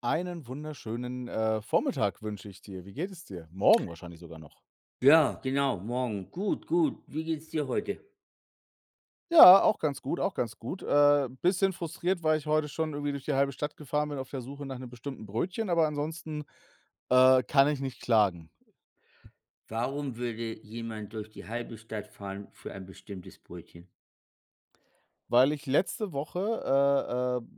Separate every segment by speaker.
Speaker 1: Einen wunderschönen, Vormittag wünsche ich dir. Wie geht es dir? Morgen wahrscheinlich sogar noch.
Speaker 2: Ja, genau, morgen. Gut, gut. Wie geht's dir heute?
Speaker 1: Ja, auch ganz gut, auch ganz gut. Bisschen frustriert, weil ich heute schon irgendwie durch die halbe Stadt gefahren bin auf der Suche nach einem bestimmten Brötchen, aber ansonsten, kann ich nicht klagen,
Speaker 2: Warum würde jemand durch die halbe Stadt fahren für ein bestimmtes Brötchen?
Speaker 1: weil ich letzte Woche,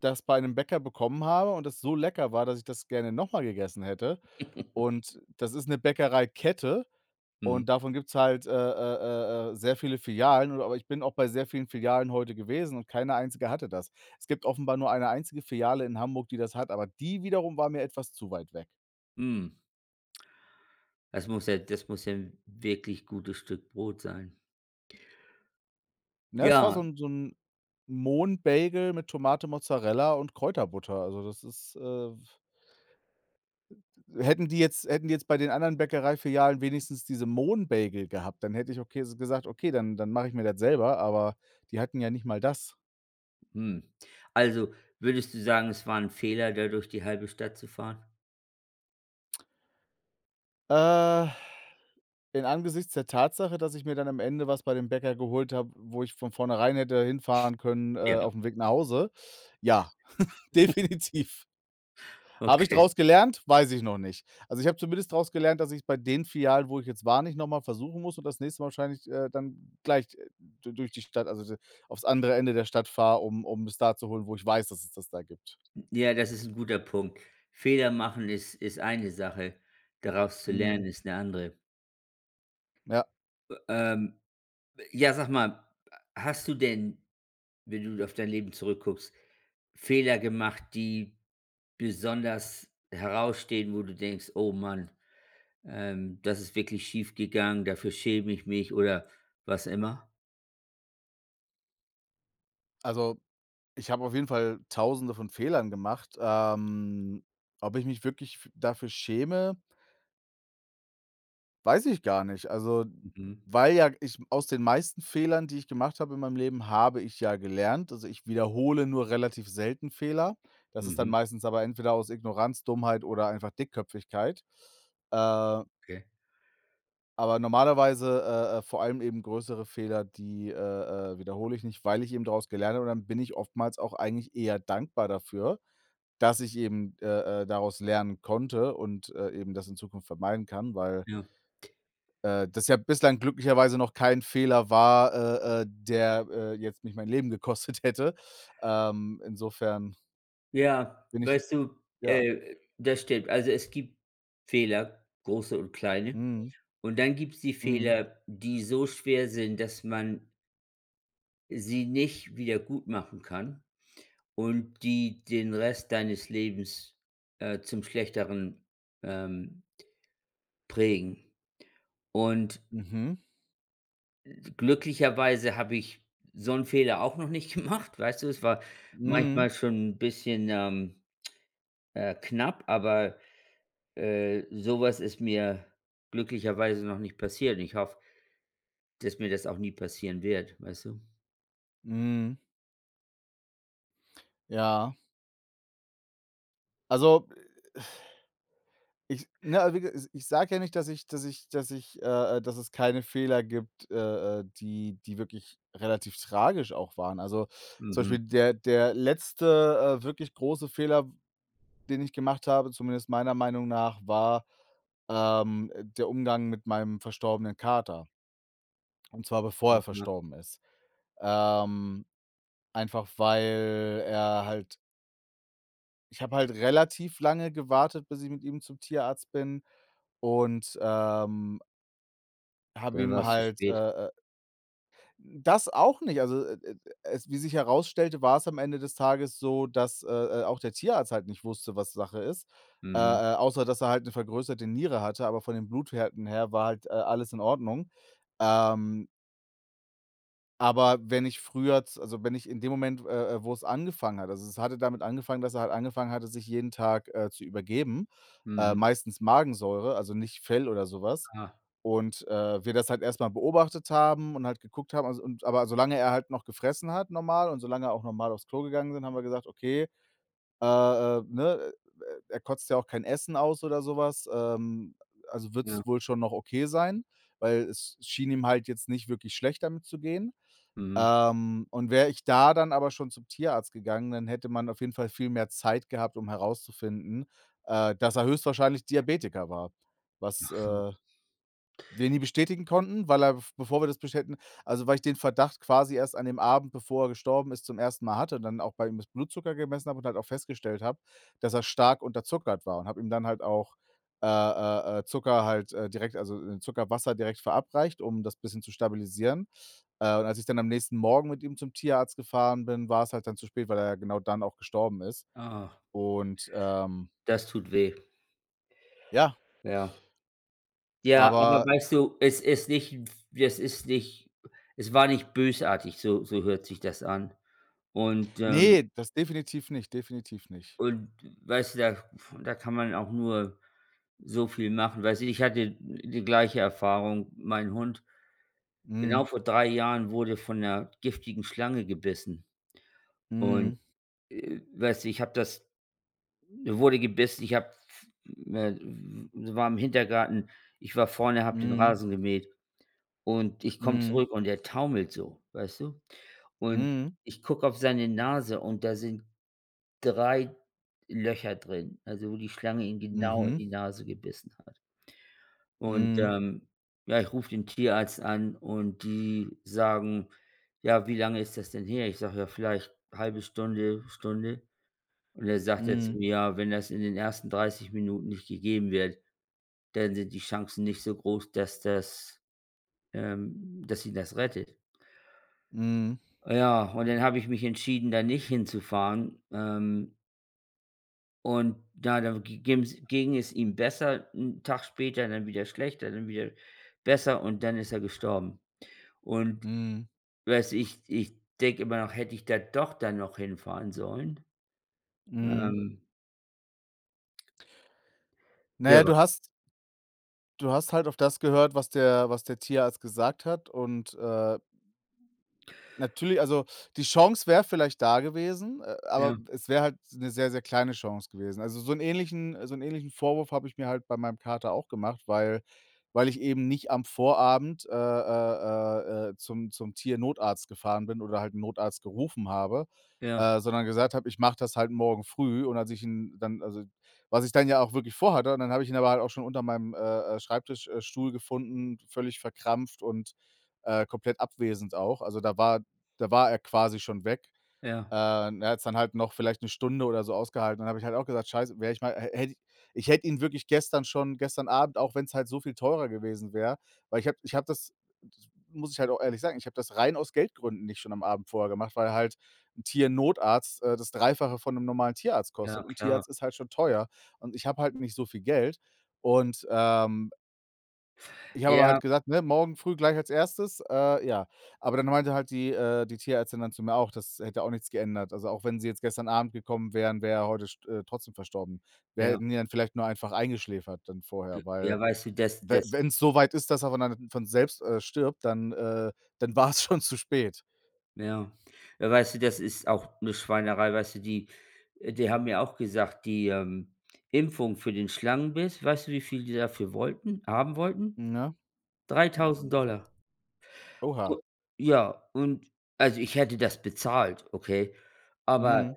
Speaker 1: das bei einem Bäcker bekommen habe und das so lecker war, dass ich das gerne noch mal gegessen hätte. Und das ist 'ne Bäckereikette.
Speaker 2: Mhm.
Speaker 1: Und davon gibt's halt, sehr viele Filialen, und aber ich bin auch bei sehr vielen Filialen heute gewesen und keine einzige hatte das. Es gibt offenbar nur eine einzige Filiale in Hamburg, die das hat, aber die wiederum war mir etwas zu weit weg.
Speaker 2: Mhm. Das muss ja 'n wirklich gutes Stück Brot sein.
Speaker 1: Ne, es war
Speaker 2: Ja,
Speaker 1: so ein so 'n Mohnbagel mit Tomate, Mozzarella und Kräuterbutter. Also, das ist, hätten die jetzt bei den anderen Bäckereifilialen wenigstens diese Mohnbagel gehabt, dann hätte ich okay gesagt: „Okay, dann mache ich mir das selber“, aber die hatten ja nicht mal das.
Speaker 2: mhm. Also, würdest du sagen, es war ein Fehler, da durch die halbe Stadt zu fahren?
Speaker 1: Äh In Angesichts der Tatsache, dass ich mir dann am Ende was bei dem Bäcker geholt habe, wo ich von vornherein hätte hinfahren können,
Speaker 2: Ja,
Speaker 1: auf dem Weg nach Hause. Ja, definitiv. Habe ich
Speaker 2: okay.
Speaker 1: daraus gelernt? Weiß ich noch nicht. Also, ich habe zumindest daraus gelernt, dass ich's bei den Filialen, wo ich jetzt war, nicht nochmal versuchen muss und das nächste Mal wahrscheinlich, dann gleich, du durch die Stadt, also, d aufs andere Ende der Stadt fahre, um es da zu holen, wo ich weiß, dass es das da gibt.
Speaker 2: Ja, das ist ein guter Punkt. Fehler machen ist eine Sache, daraus zu lernen
Speaker 1: Mhm.
Speaker 2: ist eine andere.
Speaker 1: Ja.
Speaker 2: Ähm, ja, sag mal, hast du denn, wenn du auf dein Leben zurückguckst, Fehler gemacht, die besonders herausstehen, wo du denkst: „Oh Mann, das ist wirklich schief gegangen, dafür schäme ich mich“, oder was immer?
Speaker 1: Also, ich habe auf jeden Fall Tausende von Fehlern gemacht. Ob ich mich wirklich f dafür schäme, weiß ich gar nicht. Also,
Speaker 2: Mhm,
Speaker 1: weil ja, ich aus den meisten Fehlern, die ich gemacht habe in meinem Leben, habe ich ja gelernt. Also, ich wiederhole nur relativ selten Fehler. Das ist dann
Speaker 2: mhm,
Speaker 1: meistens aber entweder aus Ignoranz, Dummheit oder einfach Dickköpfigkeit. Äh,
Speaker 2: okay,
Speaker 1: aber normalerweise, vor allem eben größere Fehler, die wiederhole ich nicht, weil ich eben daraus gelernt habe, und dann bin ich oftmals auch eigentlich eher dankbar dafür. Dass ich eben, daraus lernen konnte und, eben das in Zukunft vermeiden kann, weil,
Speaker 2: ja.
Speaker 1: das ja bislang glücklicherweise noch kein Fehler war, der, jetzt mich mein Leben gekostet hätte. Insofern
Speaker 2: Ja,
Speaker 1: bin ich,
Speaker 2: weißt du,
Speaker 1: ja,
Speaker 2: das stimmt. Also, es gibt Fehler, große und kleine.
Speaker 1: mhm,
Speaker 2: Und dann gibt's die
Speaker 1: mhm,
Speaker 2: Fehler, die so schwer sind, dass man sie nicht wieder gut machen kann und die den Rest deines Lebens, zum Schlechteren, ähm, prägen. Und
Speaker 1: mhm,
Speaker 2: glücklicherweise habe ich so einen Fehler auch noch nicht gemacht, weißt du? Es war Mhm. Manchmal
Speaker 1: mhm,
Speaker 2: schon ein bisschen, knapp, aber, so ist mir glücklicherweise noch nicht passiert und ich hoffe, dass mir das auch nie passieren wird, weißt du?
Speaker 1: mhm, ja. Also, also, wie ge ich sage ja nicht, dass ich, dass es keine Fehler gibt, die wirklich relativ tragisch auch waren. Also, zum
Speaker 2: Mhm.
Speaker 1: Beispiel der letzte, wirklich große Fehler, den ich gemacht habe, zumindest meiner Meinung nach, war, der Umgang mit meinem verstorbenen Kater, und zwar bevor er
Speaker 2: Aha.
Speaker 1: verstorben ist. Ähm, einfach weil er halt, ich habe halt relativ lange gewartet, bis ich mit ihm zum Tierarzt bin, und, habe
Speaker 2: Dann war
Speaker 1: ihm
Speaker 2: es zu
Speaker 1: halt,
Speaker 2: spät.
Speaker 1: das auch nicht. Also, es, wie sich herausstellte, war es am Ende des Tages so, dass, auch der Tierarzt halt nicht wusste, was Sache ist,
Speaker 2: Mhm.
Speaker 1: außer dass er halt eine vergrößerte Niere hatte, aber von den Blutwerten her war halt, alles in Ordnung. Ähm aber wenn ich früher z also, wenn ich in dem Moment, wo's angefangen hat, also, es hatte damit angefangen, dass er halt angefangen hatte, sich jeden Tag, zu übergeben,
Speaker 2: Mhm.
Speaker 1: meistens Magensäure, also nicht Fell oder sowas.
Speaker 2: Ah,
Speaker 1: Und, wir das halt erstmal beobachtet haben und halt geguckt haben, also, und aber solange er halt noch gefressen hat normal und solange er auch normal aufs Klo gegangen sind, haben wir gesagt: „Okay, ne, er kotzt ja auch kein Essen aus oder sowas, was, also wird's
Speaker 2: ja.
Speaker 1: wohl schon noch okay sein“, weil es schien ihm halt jetzt nicht wirklich schlecht damit zu gehen.
Speaker 2: Mhm.
Speaker 1: Und wäre ich da dann aber schon zum Tierarzt gegangen, dann hätte man auf jeden Fall viel mehr Zeit gehabt, um herauszufinden, dass er höchstwahrscheinlich Diabetiker war, was,
Speaker 2: Hm.
Speaker 1: wir nie bestätigen konnten, weil er, bevor wir das bestätigen, also weil ich den Verdacht quasi erst an dem Abend, bevor er gestorben ist, zum ersten Mal hatte und dann auch bei ihm das Blutzucker gemessen habe und halt auch festgestellt habe, dass er stark unterzuckert war, und habe ihm dann halt auch, Zucker halt, direkt, also, Zuckerwasser direkt verabreicht, um das bisschen zu stabilisieren. Und als ich dann am nächsten Morgen mit ihm zum Tierarzt gefahren bin, war es halt dann zu spät, weil er ja genau dann auch gestorben ist.
Speaker 2: Ah.
Speaker 1: Und,
Speaker 2: Das tut weh.
Speaker 1: ja,
Speaker 2: Ja. Ja, aber
Speaker 1: aber
Speaker 2: weißt du, es ist nicht das ist nicht es war nicht bösartig, so so hört sich das an. Und, ähm
Speaker 1: nee, das definitiv nicht, definitiv nicht.
Speaker 2: und weißt du, da kann man auch nur so viel machen. Weißt du, ich hatte die gleiche Erfahrung. Mein Hund genau
Speaker 1: Mhm.
Speaker 2: vor 3 Jahren wurde von einer giftigen Schlange gebissen. Und,
Speaker 1: Mhm,
Speaker 2: weißt du, ich habe das er wurde gebissen, ich habe äh, war im Hintergarten, ich war vorne, habe den
Speaker 1: mhm,
Speaker 2: Rasen gemäht. Und ich komme
Speaker 1: mhm,
Speaker 2: zurück und er taumelt so, weißt du? Und
Speaker 1: mhm,
Speaker 2: ich gucke auf seine Nase und da sind 3 Löcher drin, also wo die Schlange ihn genau in
Speaker 1: mhm,
Speaker 2: die Nase gebissen hat. Und,
Speaker 1: mhm,
Speaker 2: ja, ich rufe den Tierarzt an und die sagen: „Ja, wie lange ist das denn her?“ Ich sage: „Ja, vielleicht halbe Stunde, Stunde.“ Und er sagt er zu
Speaker 1: mhm,
Speaker 2: mir: „Ja, wenn das in den ersten 30 Minuten nicht gegeben wird, dann sind die Chancen nicht so groß, dass das dass ihn das rettet.“
Speaker 1: mhm,
Speaker 2: Ja, und dann habe ich mich entschieden, da nicht hinzufahren. Und da da gi gim's ging es ihm besser, 'n Tag später dann wieder schlechter, dann wieder besser und dann ist er gestorben. Und
Speaker 1: mhm,
Speaker 2: weiß ich ich denke immer noch, hätte ich da doch dann noch hinfahren sollen?
Speaker 1: mhm.
Speaker 2: Ähm,
Speaker 1: Na
Speaker 2: der
Speaker 1: ja,
Speaker 2: war
Speaker 1: du hast halt auf das gehört, was der Tierarzt gesagt hat, und, natürlich, also die Chance wäre vielleicht da gewesen, aber
Speaker 2: ja,
Speaker 1: es wäre halt eine sehr, sehr kleine Chance gewesen. Also, so einen ähnlichen Vorwurf habe ich mir halt bei meinem Kater auch gemacht, weil, ich eben nicht am Vorabend, zum Tiernotarzt gefahren bin oder halt 'n Notarzt gerufen habe,
Speaker 2: ja,
Speaker 1: sondern gesagt habe: „Ich mache das halt morgen früh.“ Und als ich ihn dann, also, was ich dann ja auch wirklich vorhatte, und dann habe ich ihn aber halt auch schon unter meinem, Schreibtisch gefunden, völlig verkrampft und, komplett abwesend auch. Also, da war er quasi schon weg.
Speaker 2: ja,
Speaker 1: Er hat's dann halt noch vielleicht eine Stunde oder so ausgehalten. Dann habe ich halt auch gesagt: „Scheiße, wäre ich mal hä hätte ich, ich hätte ihn wirklich gestern schon, gestern Abend, auch wenn es halt so viel teurer gewesen wäre, weil ich habe das, das muss ich halt auch ehrlich sagen, ich habe das rein aus Geldgründen nicht schon am Abend vorher gemacht, weil halt 'n Tiernotarzt, das Dreifache von einem normalen Tierarzt
Speaker 2: ja,
Speaker 1: kostet und
Speaker 2: klar.
Speaker 1: Tierarzt ist halt schon teuer und ich habe halt nicht so viel Geld und, ich habe aber
Speaker 2: Ja,
Speaker 1: halt gesagt, ne, morgen früh gleich als erstes, ja. Aber dann meinte halt die, die Tierärztin dann zu mir auch, das hätte auch nichts geändert. Also, auch wenn sie jetzt gestern Abend gekommen wären, wäre er heute st trotzdem verstorben. Wir
Speaker 2: ja.
Speaker 1: hätten ihn dann vielleicht nur einfach eingeschläfert dann vorher, weil
Speaker 2: Ja, weißt du, das
Speaker 1: wenn es so weit ist, dass er von dann von selbst, stirbt, dann, dann war es schon zu spät,
Speaker 2: Ja. Ja, weißt du, das ist auch eine Schweinerei, weißt du, die die haben mir auch gesagt, die, Impfung für den Schlangenbiss, weißt du, wie viel die dafür wollten haben wollten?
Speaker 1: ne?
Speaker 2: 3.000 U
Speaker 1: Oha.
Speaker 2: ja, und also, ich hätte das bezahlt, okay? Aber
Speaker 1: Mhm,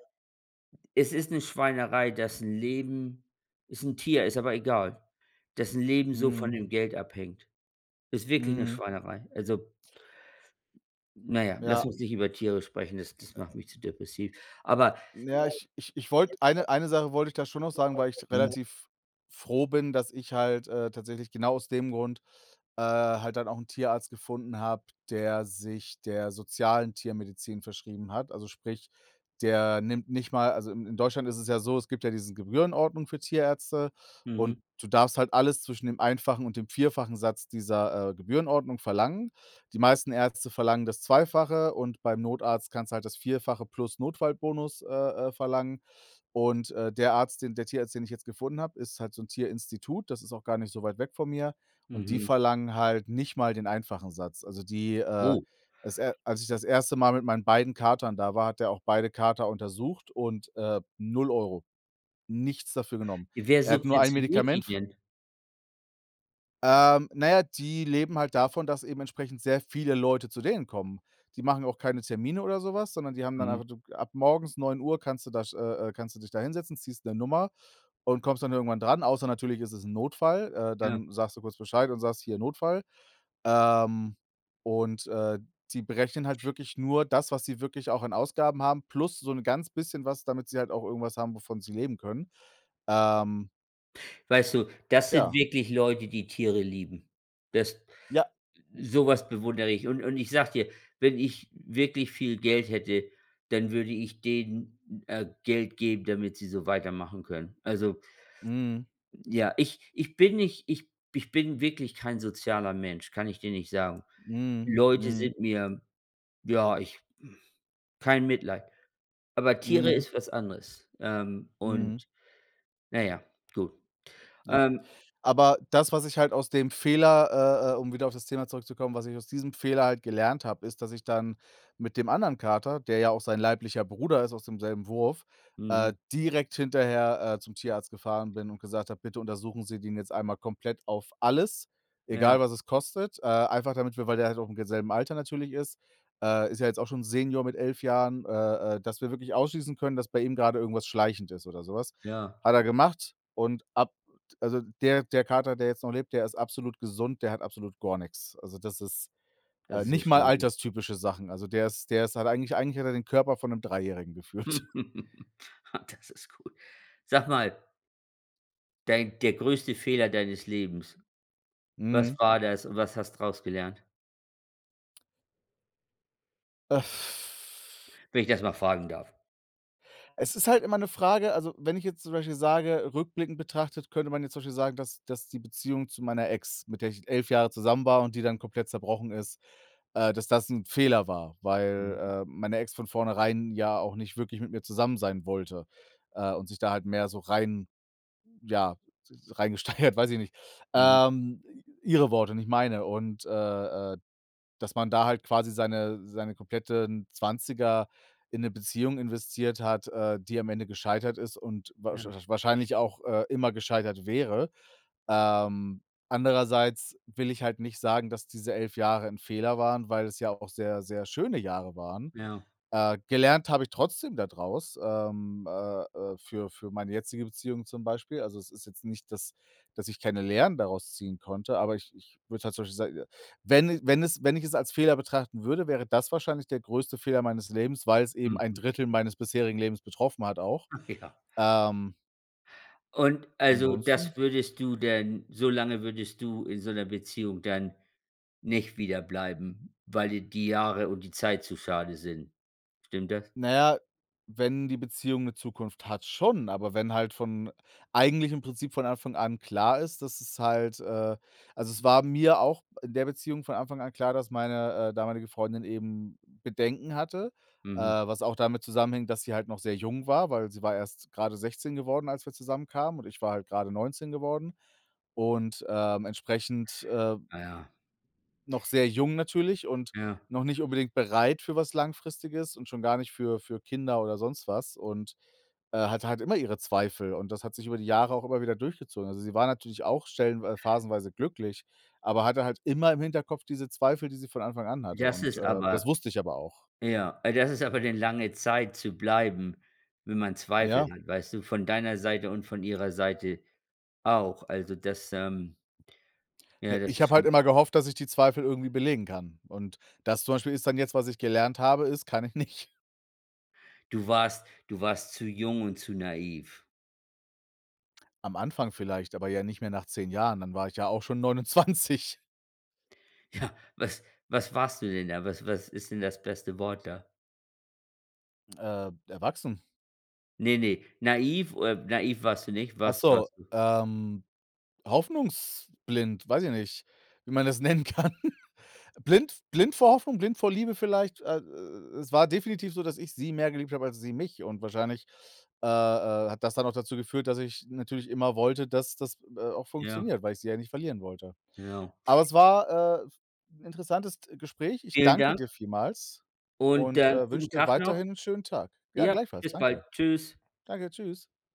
Speaker 2: es ist eine Schweinerei, dass 'n Leben ist ein Tier, ist aber egal, dass ein Leben so von
Speaker 1: mhm,
Speaker 2: dem Geld abhängt. Ist wirklich eine
Speaker 1: mhm.
Speaker 2: Schweinerei. Also, na ja, lass
Speaker 1: Ja.
Speaker 2: uns nicht über Tiere sprechen, das macht mich zu depressiv. Aber
Speaker 1: Ja, ich wollte eine Sache wollte ich da schon noch sagen, weil ich relativ froh bin, dass ich halt, tatsächlich genau aus dem Grund, halt dann auch einen Tierarzt gefunden habe, der sozialen Tiermedizin verschrieben hat. Also, sprich, der nimmt nicht mal, also, in Deutschland ist es ja so, es gibt ja diese Gebührenordnung für Tierärzte, und
Speaker 2: Mhm,
Speaker 1: du darfst halt alles zwischen dem einfachen und dem vierfachen Satz dieser, Gebührenordnung verlangen. Die meisten Ärzte verlangen das Zweifache und beim Notarzt kannst du halt das Vierfache plus Notfallbonus, verlangen. Und, der Tierarzt, den ich jetzt gefunden habe, ist halt so ein Tierinstitut, das ist auch gar nicht so weit weg von mir, und die
Speaker 2: mhm.
Speaker 1: verlangen halt nicht mal den einfachen Satz. Also, die,
Speaker 2: Oh,
Speaker 1: als er als ich das erste Mal mit meinen beiden Katern da war, hat er auch beide Kater untersucht und, 0 €, nichts dafür genommen.
Speaker 2: wer
Speaker 1: Er hat nur ein
Speaker 2: subventioniert die
Speaker 1: Medikament,
Speaker 2: denn?
Speaker 1: na ja, die leben halt davon, dass eben entsprechend sehr viele Leute zu denen kommen. Die machen auch keine Termine oder sowas, sondern die haben dann
Speaker 2: Mhm,
Speaker 1: einfach, du ab morgens 9 Uhr kannst du das, kannst du dich da hinsetzen, ziehst eine Nummer und kommst dann irgendwann dran, außer natürlich ist es ein Notfall,
Speaker 2: ja.
Speaker 1: dann sagst du kurz Bescheid und sagst: „Hier, Notfall.“ Ähm, und, die berechnen halt wirklich nur das, was sie wirklich auch an Ausgaben haben, plus so ein ganz bisschen was, damit sie halt auch irgendwas haben, wovon sie leben können. Ähm,
Speaker 2: Weißt du, das sind
Speaker 1: ja.
Speaker 2: wirklich Leute, die Tiere lieben. Das
Speaker 1: Ja.
Speaker 2: sowas was bewundere ich. Und ich sage dir, wenn ich wirklich viel Geld hätte, dann würde ich denen, Geld geben, damit sie so weitermachen können. Also,
Speaker 1: Mhm.
Speaker 2: ja, ich bin wirklich kein sozialer Mensch, kann ich dir nicht sagen.
Speaker 1: Mhm.
Speaker 2: Leute
Speaker 1: Mhm.
Speaker 2: sind mir ja, ich kein Mitleid. Aber Tiere
Speaker 1: Mhm,
Speaker 2: ist was anderes.
Speaker 1: mhm.
Speaker 2: Ja, ja, gut.
Speaker 1: Ja,
Speaker 2: Ähm,
Speaker 1: aber das, was ich halt aus dem Fehler, um wieder auf das Thema zurückzukommen, was ich aus diesem Fehler halt gelernt habe, ist, dass ich dann mit dem anderen Kater, der ja auch sein leiblicher Bruder ist aus demselben Wurf,
Speaker 2: mhm,
Speaker 1: direkt hinterher, zum Tierarzt gefahren bin und gesagt habe: „Bitte untersuchen Sie den jetzt einmal komplett auf alles,
Speaker 2: ja,
Speaker 1: egal was es kostet.“ Einfach damit wir, weil der halt auch im selben Alter natürlich ist, ist ja jetzt auch schon Senior mit 11 Jahren, dass wir wirklich ausschließen können, dass bei ihm gerade irgendwas schleichend ist oder sowas.
Speaker 2: ja,
Speaker 1: Hat er gemacht und ab, also, der Kater, der jetzt noch lebt, der ist absolut gesund, der hat absolut gar nichts. Also, das ist,
Speaker 2: das ist ja
Speaker 1: nicht
Speaker 2: schon
Speaker 1: mal
Speaker 2: mal gut.
Speaker 1: alterstypische Sachen. Also, der ist, hat eigentlich hat er den Körper von einem Dreijährigen gefühlt.
Speaker 2: Ah, das ist gut. Sag mal, dein der größte Fehler deines Lebens, was
Speaker 1: Mhm.
Speaker 2: war das und was hast du daraus gelernt?
Speaker 1: Äh,
Speaker 2: Wenn ich das mal fragen darf.
Speaker 1: Es ist halt immer eine Frage, also, wenn ich jetzt zum Beispiel sage, rückblickend betrachtet könnte man jetzt zum Beispiel sagen, dass die Beziehung zu meiner Ex, mit der ich 11 Jahre zusammen war und die dann komplett zerbrochen ist, dass das ein Fehler war, weil,
Speaker 2: Mhm,
Speaker 1: meine Ex von vornherein ja auch nicht wirklich mit mir zusammen sein wollte, und sich da halt mehr so rein, ja, reingesteigert, weiß ich nicht.
Speaker 2: mhm,
Speaker 1: Ähm, Ihre Worte, nicht meine und, äh dass man da halt quasi seine kompletten Zwanziger in eine Beziehung investiert hat, die am Ende gescheitert ist und
Speaker 2: ja,
Speaker 1: wahrscheinlich auch, immer gescheitert wäre. Ähm, Andererseits will ich halt nicht sagen, dass diese 11 Jahre ein Fehler waren, weil es ja auch sehr, sehr schöne Jahre waren.
Speaker 2: ja,
Speaker 1: Gelernt habe ich trotzdem daraus, für meine jetzige Beziehung zum Beispiel. Also, es ist jetzt nicht, dass ich keine Lehren daraus ziehen konnte, aber ich würde halt zum Beispiel sa, wenn ich es als Fehler betrachten würde, wäre das wahrscheinlich der größte Fehler meines Lebens, weil es eben ein
Speaker 2: mhm,
Speaker 1: Drittel meines bisherigen Lebens betroffen hat auch.
Speaker 2: ja.
Speaker 1: Ähm,
Speaker 2: Und also, das
Speaker 1: Ansonsten,
Speaker 2: würdest du denn so lange würdest du in so einer Beziehung dann nicht wieder bleiben, weil dir die Jahre und die Zeit zu schade sind. Stimmt das?
Speaker 1: na ja, wenn die Beziehung eine Zukunft hat, schon, aber wenn halt von, eigentlich im Prinzip von Anfang an klar ist, dass es halt, also, es war mir auch in der Beziehung von Anfang an klar, dass meine, damalige Freundin eben Bedenken hatte,
Speaker 2: Mhm.
Speaker 1: was auch damit zusammenhängt, dass sie halt noch sehr jung war, weil sie war erst gerade 16 geworden, als wir zusammenkamen und ich war halt grade 19 geworden und, entsprechend,
Speaker 2: Ah ja,
Speaker 1: noch sehr jung natürlich und
Speaker 2: ja.
Speaker 1: noch nicht unbedingt bereit für was Langfristiges und schon gar nicht für Kinder oder sonst was und, hatte halt immer ihre Zweifel und das hat sich über die Jahre auch immer wieder durchgezogen. Also, sie war natürlich auch stellen, phasenweise glücklich, aber hatte halt immer im Hinterkopf diese Zweifel, die sie von Anfang an hatte
Speaker 2: Das
Speaker 1: und,
Speaker 2: ist
Speaker 1: das
Speaker 2: aber
Speaker 1: wusste ich aber auch.
Speaker 2: ja, das ist aber dann lange Zeit zu bleiben, wenn man Zweifel
Speaker 1: Ja,
Speaker 2: hat, weißt du, von deiner Seite und von ihrer Seite auch. Also, das, ja,
Speaker 1: ne,
Speaker 2: das
Speaker 1: ich
Speaker 2: ist
Speaker 1: habe halt
Speaker 2: schon
Speaker 1: immer gehofft, dass ich die Zweifel irgendwie belegen kann und das zum Beispiel ist dann jetzt, was ich gelernt habe, ist, kann ich nicht.
Speaker 2: du warst zu jung und zu naiv.
Speaker 1: Am Anfang vielleicht, aber ja nicht mehr nach 10 Jahren, dann war ich ja auch schon 29.
Speaker 2: Ja, was was warst du denn da? Was ist denn das beste Wort da?
Speaker 1: Erwachsen.
Speaker 2: Ne, ne, naiv warst du nicht.
Speaker 1: Ach
Speaker 2: Was
Speaker 1: so,
Speaker 2: warst du?
Speaker 1: hoffnungsblind, weiß ich nicht, wie man das nennen kann. Blind vor Hoffnung, blind vor Liebe vielleicht. Es war definitiv so, dass ich sie mehr geliebt habe als sie mich und wahrscheinlich, hat das dann auch dazu geführt, dass ich natürlich immer wollte, dass das, auch
Speaker 2: Ja,
Speaker 1: funktioniert, weil ich sie ja nicht verlieren wollte.
Speaker 2: genau.
Speaker 1: Aber es war, 'n interessantes Gespräch. Ich
Speaker 2: Vielen
Speaker 1: danke
Speaker 2: Dank
Speaker 1: dir vielmals
Speaker 2: und,
Speaker 1: und,
Speaker 2: guten
Speaker 1: wünsche dir
Speaker 2: Tag noch.
Speaker 1: weiterhin einen schönen Tag. Ja,
Speaker 2: Ja,
Speaker 1: gleichfalls.
Speaker 2: bis bald.
Speaker 1: Danke.
Speaker 2: Tschüss.
Speaker 1: Danke, tschüss.